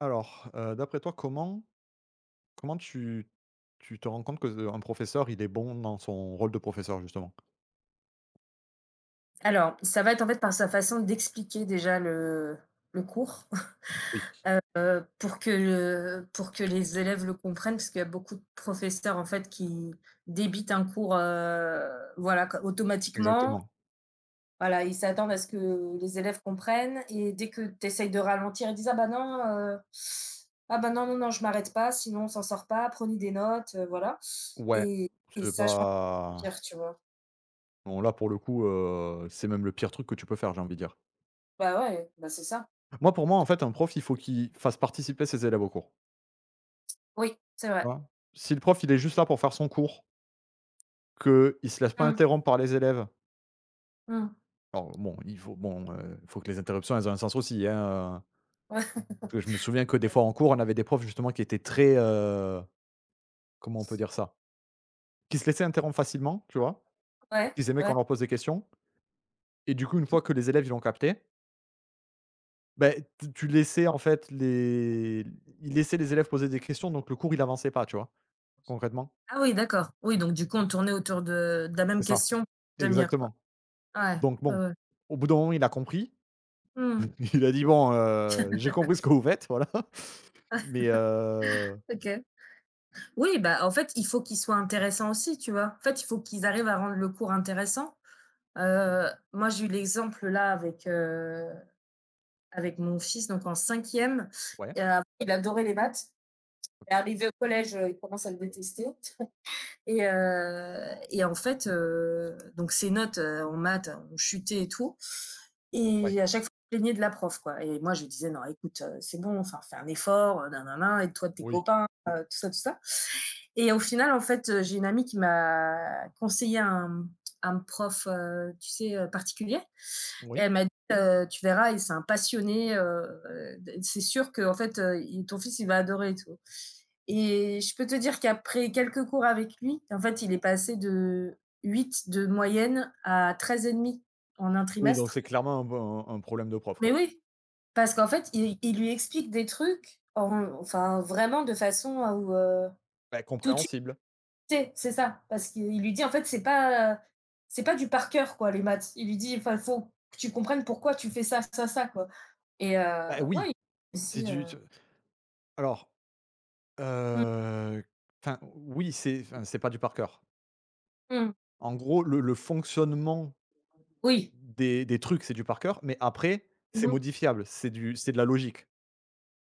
Alors, d'après toi, comment tu te rends compte que, un professeur, il est bon dans son rôle de professeur, justement? Alors, ça va être en fait par sa façon d'expliquer déjà le cours, Oui. Pour que les élèves le comprennent, parce qu'il y a beaucoup de professeurs en fait qui débitent un cours, voilà co automatiquement. Exactement. Voilà, ils s'attendent à ce que les élèves comprennent et dès que tu essayes de ralentir, ils disent: ah bah non, non, non, je m'arrête pas, sinon on s'en sort pas, prenez des notes», voilà. Ouais, Et et c'est ça je pense que pas c'est pire, tu vois? bon, là, pour le coup, c'est même le pire truc que tu peux faire, j'ai envie de dire. Bah ouais, bah c'est ça. Moi, pour moi, en fait, un prof, il faut qu'il fasse participer ses élèves au cours. Oui, c'est Tu vrai. vois? Si le prof, il est juste là pour faire son cours, qu'il ne se laisse pas Mmh, interrompre par les élèves. mmh. Alors bon, il faut bon, faut que les interruptions, elles ont un sens aussi, hein, parce que je me souviens que des fois en cours, on avait des profs justement qui étaient très, comment on peut dire ça? Qui se laissaient interrompre facilement, tu vois? Parce Ouais, qu'ils aimaient qu'on ouais. leur pose des questions et du coup, une fois que les élèves, ils l'ont capté, ben tu tu laissais en fait les ils laissaient les élèves poser des questions, donc le cours, il avançait pas, tu vois? Concrètement, Ah oui, d'accord. Oui, donc du coup, on tournait autour de la c'est même ça. question, demi heure, quoi. Exactement. Ouais, Donc ouais, bon, ouais. au bout d'un moment, il a compris. Mmh. Il a dit: «Bon, j'ai compris ce que vous faites, voilà». Mais OK. Oui, bah, en fait, il faut qu'il soit intéressant aussi, tu vois? En fait, il faut qu'ils arrivent à rendre le cours intéressant. Moi, j'ai eu l'exemple là avec mon fils, donc en cinquième. ouais, E Il adorait les maths et arrivé au collège, il commence à le détester. Et en fait, donc ses notes en maths ont chuté et tout. ouais, Et à chaque fois, je me plaignais de la prof, quoi. Et moi, je lui disais: non, écoute, c'est bon, enfin, fais un effort, nanana, aide-toi de tes oui, copains, tout ça, tout ça. Et au final, en fait, j'ai une amie qui m'a conseillé un prof, tu sais, particulier. Et oui, elle m'a dit: «Tu verras, il c'est un passionné, d c'est sûr que en fait, il ton fils, il va adorer et tout» et je peux te dire qu'après quelques cours avec lui, en fait, il est passé de 8 de moyenne à 13,5 en un oui, donc trimestre. c'est clairement un bon un problème de prof, quoi. Mais oui, parce qu'en fait, il lui explique des trucs en enfin, vraiment de façon à où Bah, tout de compréhensible. C'est ça, parce qu'il lui dit en fait c'est pas du par cœur quoi les maths. Il lui dit enfin faut que tu comprennes pourquoi tu fais ça, ça, ça quoi et Bah, ouais, oui, il c'est aussi, du te alors, mmh heu, enfin, oui, c'est enfin, c'est pas du par cœur. mh. En gros, le fonctionnement Oui. des trucs, c'est du par cœur, mais après, Mmh c'est mh. modifiable, c'est de la logique.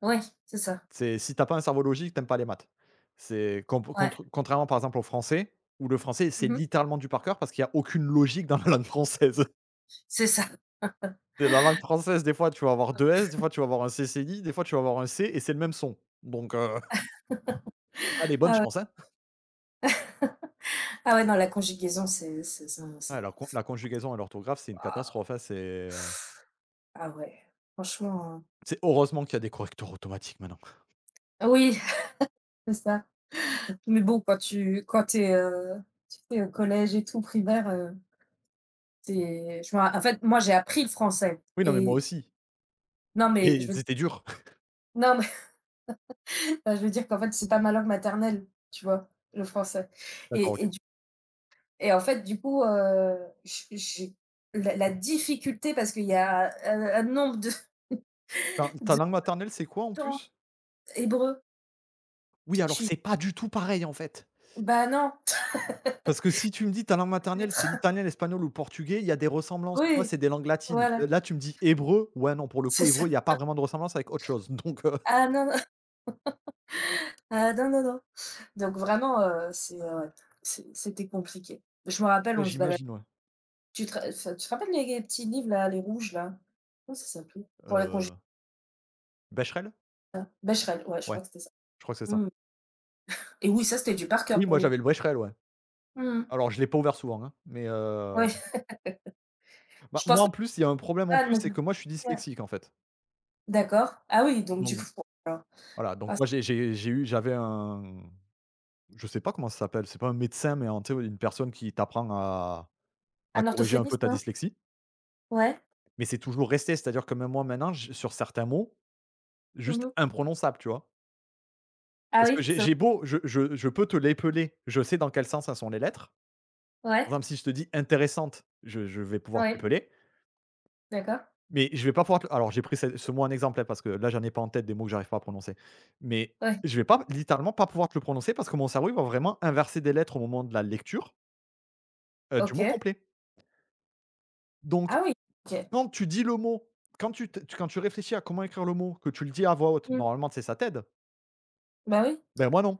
Ouais, c'est ça. C'est si t'as pas un cerveau logique, t'aimes pas les maths. C'est con Ouais. contre Contrairement, par exemple, au français, où le français, c'est Mmh mh. littéralement du par cœur parce qu'il y a aucune logique dans la langue française. C'est ça. C'est la langue française, des fois, tu vas avoir 2 S, des fois, tu vas avoir un CCI, des fois, tu vas avoir un C et c'est le même son. Donc allez, bonne chance, hein. Ah ouais, non, la conjugaison, c'est ça Ouais, c'est la conjugaison et l'orthographe, c'est une catastrophe, waouh! hein, Ah ouais, franchement, c'est heureusement qu'il y a des correcteurs automatiques maintenant. Oui, c'est ça. Mais bon, quand tu es, tu sais, au collège et tout primaire, c'est je me ra en fait, moi, j'ai appris le français. Oui, non, mais moi Et aussi, non, mais je mais veux c'était dur. non, mais enfin, je veux dire qu'en fait, c'est pas ma langue maternelle, tu vois? Le français D'accord, et et OK. du et en fait, du coup, j'ai la difficulté parce qu'il y a un nombre de Ta ta de langue maternelle, c'est quoi en temps plus? hébreu. Oui, Je alors suis: c'est pas du tout pareil, en fait. «Bah, non, Parce que si tu me dis ta langue maternelle, c'est maître». l'italien, l'espagnol ou le portugais, il y a des ressemblances, tu vois? Oui, C'est des langues latines. Voilà, Là, tu me dis hébreu, ouais, non, pour le coup, c'est ça. hébreu, il y a pas vraiment de ressemblance avec autre chose. Donc Ah non, non, ah non, non, non. Donc vraiment, c'est c'était compliqué. Je me rappelle, ouais, on se baladait j'imagine, ouais. tu te ra enfin, tu te rappelles les petits livres là, les rouges là? Comment ça s'appelait? Pour les congés. Heu, becherel? Becherel, ouais, je Ouais, crois que c'était ça. je crois que c'est ça. Mmh. Et oui, ça, c'était du par Oui, cœur pour moi, le coup. j'avais le becherel, ouais. Mmh. Alors, je l'ai pas ouvert souvent, hein, mais Ouais, bah, je pense moi, que en plus, il y a un problème en ah plus, non c'est que moi, je suis ouais, dyslexique, en fait. d'accord. Ah oui, donc du coup Donc pour alors voilà, donc ah c'est moi, j'avais un je sais pas comment ça s'appelle, c'est pas un médecin, mais en tu sais, une personne qui t'apprend à un corriger un peu orthophoniste, ta non? dyslexie. Ouais. Mais c'est toujours resté, c'est-à-dire que même moi maintenant, je sur certains mots, juste Mmh. imprononçable, tu vois? Ah Parce que oui, ça j'ai beau je peux te l'épeler, je sais dans quel sens elles sont les lettres. ouais, Par exemple, si je te dis «intéressante», je vais pouvoir te ouais, l'épeler, d'accord. mais je vais pas pouvoir te alors j'ai pris ce mot en exemple, hein, parce que là, j'en ai pas en tête des mots que j'arrive pas à prononcer. Mais Ouais, je vais pas littéralement pas pouvoir te le prononcer parce que mon cerveau, il va vraiment inverser des lettres au moment de la lecture, du mot OK. complet. Donc Ah oui, OK. quand tu dis le mot, quand tu réfléchis à comment écrire le mot, que tu le dis à voix haute, Mmh. normalement, c'est ça t'aide. Bah oui, Ben, moi non.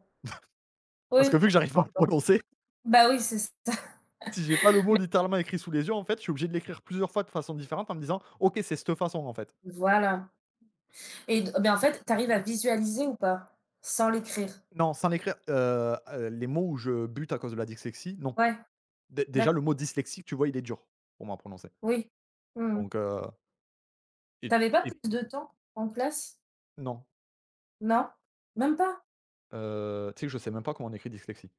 Parce oui, que vu que j'arrive pas à le d'accord. prononcer, Bah oui, c'est ça. si j'ai pas le mot littéralement écrit sous les yeux, en fait, je suis obligé de l'écrire plusieurs fois de façon différente en me disant: «OK, c'est cette façon, en fait». Voilà. Et d mais en fait, t'arrives à visualiser ou pas? Sans l'écrire? Non, sans l'écrire, les mots où je bute à cause de la dyslexie, non. Ouais, Dé déjà le d'accord, mot dyslexique, tu vois, il est dur pour moi à prononcer. oui. Mmh mh. Donc et Pas et plus de temps en classe? non, Non? Même pas? Tu sais que je sais même pas comment on écrit dyslexie.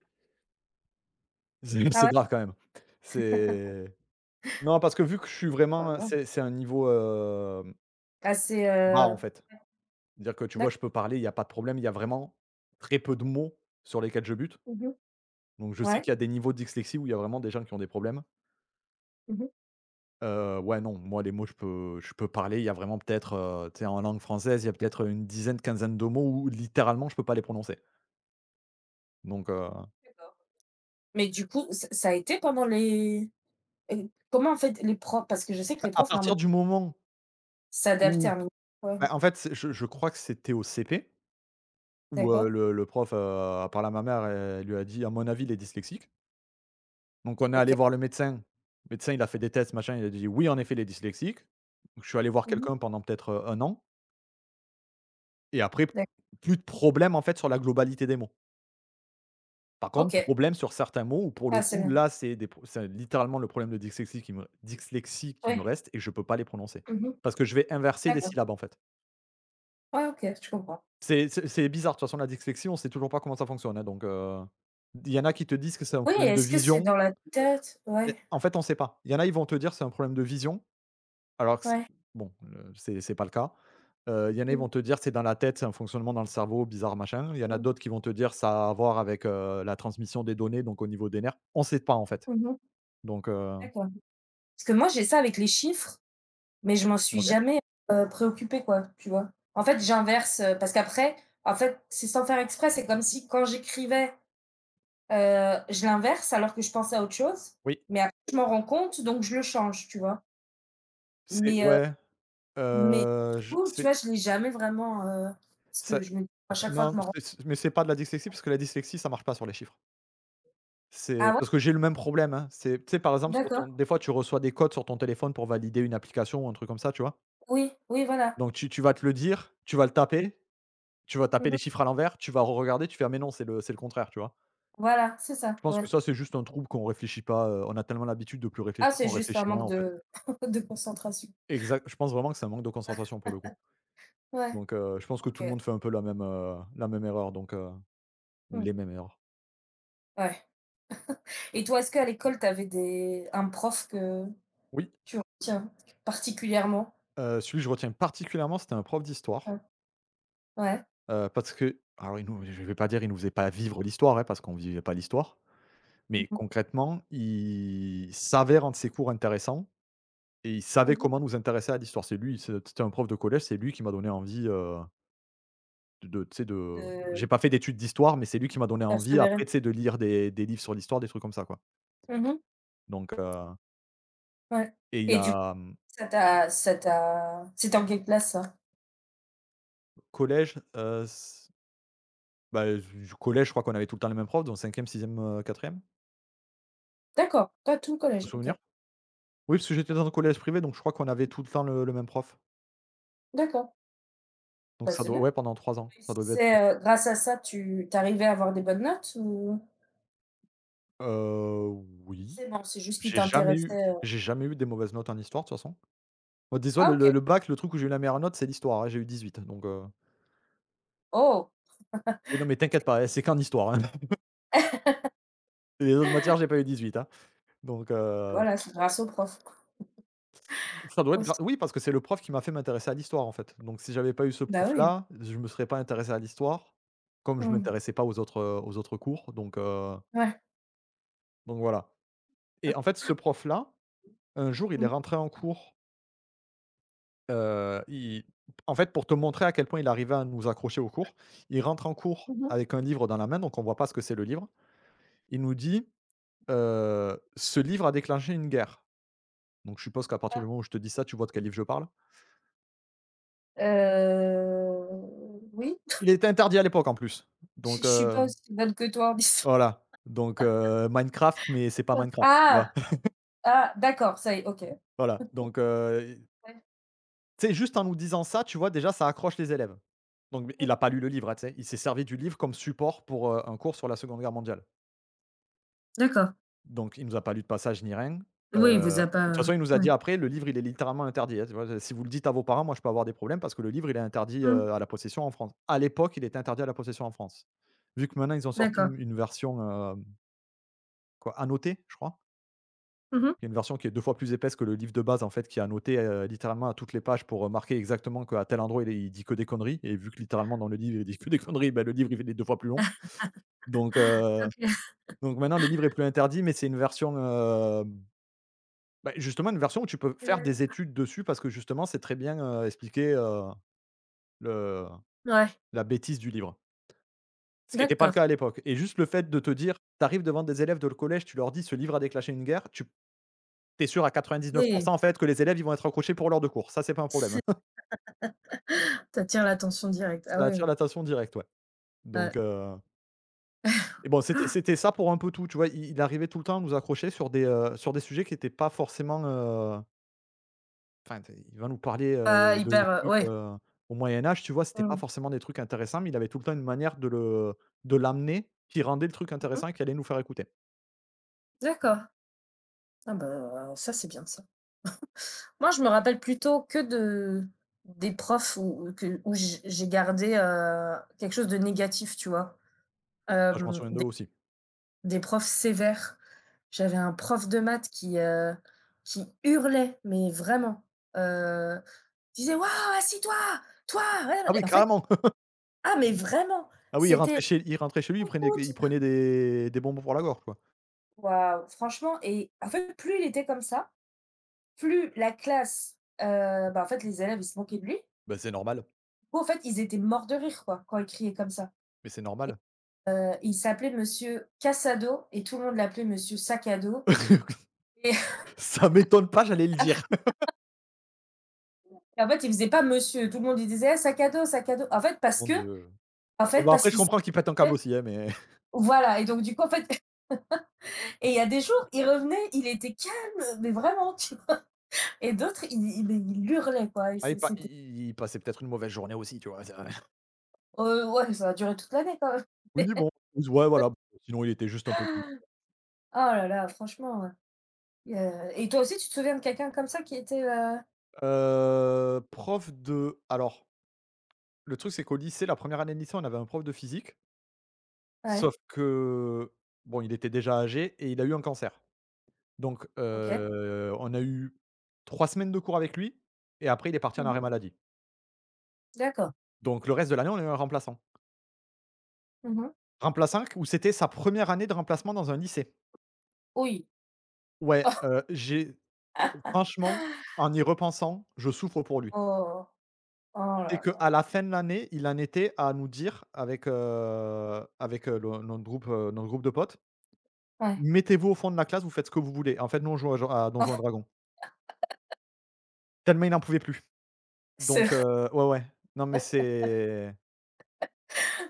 Ah c'est ouais, grave quand même. C'est Non, parce que vu que je suis c'est pas vraiment, grave. C'est un niveau, Ah c'est, bas, en fait. C'est-à-dire que, tu vois, je peux parler, il y a pas de problème, il y a vraiment très peu de mots sur lesquels je bute. mmh mh. Donc je sais Ouais. qu'il y a des niveaux de dyslexie où il y a vraiment des gens qui ont des problèmes. Mmh mh. Ouais, non, moi les mots je peux parler, il y a vraiment peut-être, tu sais en langue française, il y a peut-être une dizaine, quinzaine de mots où littéralement je peux pas les prononcer. Donc D'accord. Mais du coup, ç ça a été pendant les comment en fait les profs parce que je sais que les à profs normalement partir du moment s'adaptaient où un minimum. Ouais, bah, en fait, c'est je crois que c'était au CP où, d'accord. Le prof, a parlé à ma mère et lui a dit: «À mon avis, il est dyslexique». Donc on est OK. allé voir le médecin. Le médecin, il a fait des tests, machin, il a dit: «Oui, en effet, il est dyslexique». Donc, je suis allé voir Mmh quelqu'un mh. pendant peut-être, 1 an et après, D'acc. plus de problème en fait sur la globalité des mots. Par contre, OK. problème sur certains mots où pour le Ah c'est coup, bien. là, c'est littéralement le problème de dyslexie qui me Ouais. reste et je peux pas les prononcer. Mmh mh. Parce que je vais inverser des D'accord. syllabes, en fait. Ouais, OK, je comprends. C'est c'est bizarre, de toute façon, la dyslexie, on sait toujours pas comment ça fonctionne, hein, donc il y en a qui te disent que c'est un Oui, problème de est-ce que c'est vision, dans la tête? mais Ouais, en fait, on sait pas. Il y en a, ils vont te dire: «C'est un problème de vision», alors que c ouais. bon, c'est pas le cas. Il y en a, ils Mmh, vont te dire: «C'est dans la tête, c'est un fonctionnement dans le cerveau bizarre, machin». Il y en a mmh. d'autres qui vont te dire: «Ça a à voir avec, la transmission des données, donc au niveau des nerfs». On sait pas, en fait. Mmh mh. Donc, D'accord. Parce que moi j'ai ça avec les chiffres, mais je m'en suis OK. jamais, préoccupée quoi, tu vois? En fait, j'inverse, parce qu'après, en fait, c'est sans faire exprès, c'est comme si quand j'écrivais. Je l'inverse alors que je pensais à autre chose, Oui, mais après je m'en rends compte donc je le change, tu vois? c'est Mais heu, ouais, mais du je coup, tu c'est vois, je l'ai jamais vraiment, parce que ça, je me dis à chaque fois que non, je m'en rends c'est c mais c'est pas de la dyslexie parce que la dyslexie, ça marche pas sur les chiffres. C'est ah ouais? parce que j'ai le même problème, hein. C'est tu sais, par exemple, sur D'accord. ton des fois, tu reçois des codes sur ton téléphone pour valider une application ou un truc comme ça, tu vois? Oui, oui voilà. Donc tu vas te le dire, tu vas le taper, tu vas taper les Mmh. chiffres à l'envers, tu vas regarder tu fais: «Ah mais non, c'est le contraire», tu vois? Voilà, c'est Je ça, pense que ouais. ça, c'est juste un trouble qu'on réfléchit pas, on a tellement l'habitude de plus Ah, réfléchir c'est qu'on juste un réfléchit moins, manque en fait. de de concentration. Exact, je pense vraiment que c'est un manque de concentration pour le coup. Ouais, Donc, je pense que OK. tout le monde fait un peu la même erreur donc ou Mmh. les mêmes erreurs. Ouais. Et toi, est-ce qu'à l'école, tu avais des un prof que Oui, tu retiens particulièrement? Celui que je retiens particulièrement, c'était un prof d'histoire, Ouais. Ouais. Parce que alors il nous je ne vais pas dire il ne nous faisait pas vivre l'histoire, hein, parce qu'on ne vivait pas l'histoire, Mmh mais mh. concrètement, il savait rendre ses cours intéressants et il savait Mmh. comment nous intéresser à l'histoire. C'est lui, c'était un prof de collège, c'est lui qui m'a donné envie, de tu sais de j'ai De pas fait d'études d'histoire, mais c'est lui qui m'a donné envie après, persévérer. tu sais, de lire des livres sur l'histoire, des trucs comme ça, quoi. Mmh. Donc Ouais. et il y Et du. a mmh, Ça t'a c'était en quelle classe ça? collège, c bah, du collège, je crois qu'on avait tout le temps les mêmes profs, donc cinquième sixième 6e, D'accord, pas tout le de collège, OK. souvenir. Oui, parce que j'étais dans un collège privé, donc je crois qu'on avait tout le temps le même prof. D'accord, Donc bah, ça c'est doit bien. ouais, pendant 3 Tu ans, ça doit être lui. réussissais, grâce à ça, tu tu arrivais à avoir des bonnes notes ou Heu, oui, c'est bon, c'est juste qu'il t'intéressait, j'ai jamais eu des mauvaises notes en histoire, de toute façon. Bah, dis ah OK. Le bac, le truc où j'ai eu la meilleure note, c'est l'histoire, hein, j'ai eu 18 donc Oh! oui, non, mais t'inquiète pas, hein, c'est qu'en histoire, hein. Les autres matières, j'ai pas eu 18, hein, donc Voilà, c'est grâce aux profs. Ça doit être Aussi. gra oui, parce que c'est le prof qui m'a fait m'intéresser à l'histoire, en fait. Donc si j'avais pas eu ce Bah, oui. prof-là, je me serais pas intéressé à l'histoire, comme je Mmh. m'intéressais pas aux autres, aux autres cours, donc heu, Ouais. donc voilà. Et en fait, ce prof-là, un jour, il est Mmh. rentré en cours, il en fait, pour te montrer à quel point il arrivait à nous accrocher au cours, il rentre en cours Mmh mh. avec un livre dans la main, donc on voit pas ce que c'est le livre. Il nous dit: «Ce livre a déclenché une guerre». Donc je suppose qu'à partir Ah, du moment où je te dis ça, tu vois de quel livre je parle. Oui. Il était interdit à l'époque en plus, donc je suis pas heu aussi bonne que toi en histoire. voilà, Minecraft, mais c'est pas Minecraft, tu vois? Ah! Ah d'accord, ça y est, OK. Voilà, Ouais. tu sais, juste en nous disant ça, tu vois, déjà, ça accroche les élèves. Donc Mmh. il a pas lu le livre, hein, tu sais? Il s'est servi du livre comme support pour, un cours sur la Seconde Guerre mondiale. D'accord. Donc il nous a pas lu de passage ni rien. Oui, il vous Heu, a et de toute pas façon, il nous a ouais. dit après: «Le livre, il est littéralement interdit, hein», tu vois? «Si vous le dites à vos parents, moi, je peux avoir des problèmes parce que le livre, il est interdit, Mmh. À la possession en France». À l'époque, il était interdit à la possession en France. Vu que maintenant, ils ont sorti D'accord. une version, hem, quoi, annotée, je crois? Mmh mh. Il y a une version qui est 2 fois plus épaisse que le livre de base, en fait, qui a noté, littéralement à toutes les pages pour, marquer exactement qu'à tel endroit il dit que des conneries, et vu que littéralement dans le livre il dit que des conneries, ben le livre il est 2 fois plus long. Donc heu, OK. donc maintenant le livre est plus interdit, mais c'est une version, bah, justement une version où tu peux faire Mmh. des études dessus parce que justement c'est très bien, expliqué, le Ouais, la bêtise du livre. Ce qui était pas le cas d'accord. à l'époque, et juste le fait de te dire, tu arrives devant des élèves de le collège, tu leur dis: «Ce livre a déclenché une guerre», tu es sûr à quatre-vingt-dix-neuf pour Oui, cent en fait que les élèves ils vont être accrochés pour l'heure de cours. Ça, c'est pas un problème. c'est tu attires l'attention directe. Ah Ça oui attire oui. l'attention directe, ouais. Ouais. Donc heu et bon, c'était ça pour un peu tout, tu vois? Il arrivait tout le temps à nous accrocher sur sur des sujets qui n'étaient pas forcément, enfin, tu il va nous parler, Pas de hyper, trucs, ouais. Au Moyen Âge, tu vois? C'était pas Mmh. forcément des trucs intéressants, mais il avait tout le temps une manière de l'amener qui rendait le truc Mmh mh. intéressant et qui allait nous faire écouter. D'accord. Ah bah, ça, c'est bien ça. Moi, je me rappelle plutôt que de des profs où que où j'ai gardé, quelque chose de négatif, tu vois? Ça, je m'en Hem, souviens d'eux aussi. des profs sévères. J'avais un prof de maths qui hurlait, mais vraiment, heu, disait: «Waouh, assis-toi! Toi, Ah ouais» oui, et en fait carrément! ah mais vraiment, Ah oui, il c'était. rentrait chez il rentrait chez lui, il prenait Écoute, il prenait des bonbons pour la gorge, quoi. waouh, franchement et en fait, plus il était comme ça, plus la classe, bah, en fait, les élèves, ils se moquaient de lui. Bah, c'est normal, Du coup, en fait, ils étaient morts de rire, quoi, quand il criait comme ça. mais c'est normal. Il s'appelait monsieur Cassado et tout le monde l'appelait monsieur sac à dos et Ça m'étonne pas, j'allais le dire. en fait, il faisait pas monsieur, tout le monde lui disait: «Eh, sac à dos, sac à dos». En fait, parce Mon que Dieu. en Ouais, fait, bah, parce après, je qu'il comprends qu'il pète un câble savait aussi, hein, mais voilà. Et donc du coup, en fait et il y a des jours, il revenait, il était calme, mais vraiment, tu vois? Et d'autres, il hurlait, quoi et ah, il c'est pa c'était il passait peut-être une mauvaise journée aussi, tu vois? C'est ouais, ça a duré toute l'année quand même. Oui, bon, ouais, voilà, bon, sinon il était juste un peu bizarre. Oh là là, franchement, ouais. Il y a et toi aussi, tu te souviens de quelqu'un comme ça qui était, Prof de Alors, le truc, c'est qu'au lycée, la première année de lycée, on avait un prof de physique, ouais, sauf que, bon, il était déjà âgé et il a eu un cancer. Donc, OK. On a eu 3 semaines de cours avec lui et après il est parti en arrêt Mmh. maladie. D'accord. Donc le reste de l'année, on a eu un remplaçant. Mmh. Remplaçant où c'était sa première année de remplacement dans un lycée. Oui. Ouais, j'ai Franchement, en y repensant, je souffre pour lui. Oh, oh C'est là qu'à là. la fin de l'année, il en était à nous dire avec notre groupe de potes: Ouais. «Mettez-vous au fond de la classe, vous faites ce que vous voulez». En fait, nous, on joue à Donjons& et Dragons. Tellement il n'en pouvait plus. C'est vrai. Ouais, ouais. Non, mais c'est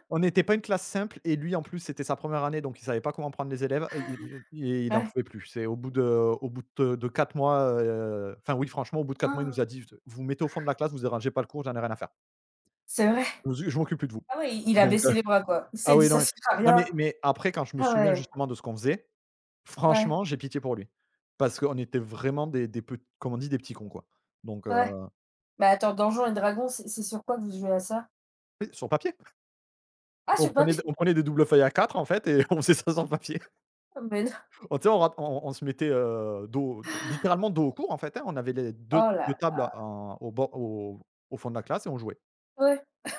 on n'était pas une classe simple, et lui, en plus, c'était sa première année, donc il savait pas comment prendre les élèves, et il en Ouais. pouvait plus. C'est au bout de 4 mois, enfin oui, franchement, au bout de 4 mois, il nous a dit: «Vous mettez au fond de la classe, vous dérangez pas le cours, j'en ai rien à faire». C'est vrai. Je m'occupe plus de vous. Ah ouais, il a Donc heu, baissé les bras, quoi. Il s'est ah dit: oui, non, «Ça sert à non rien». mais après quand je me Ah souviens ouais. justement de ce qu'on faisait, Ouais, franchement, j'ai pitié pour lui. Parce qu'on était vraiment des pet comme on dit, des petits cons, quoi. Donc ouais. heu, Mais attends, Donjons& et Dragons, c'est sur quoi que vous jouez à ça? oui, sur papier. Ah, On sur prenait papier? d on prenait des doubles feuilles A4 en fait, et on faisait ça sur papier. Mais non. On tu sais, on rap on se mettait, dos d littéralement dos au cours en fait, hein. On avait les deux Oh deux là tables là. en au bord au au fond de la classe et on jouait. Ouais.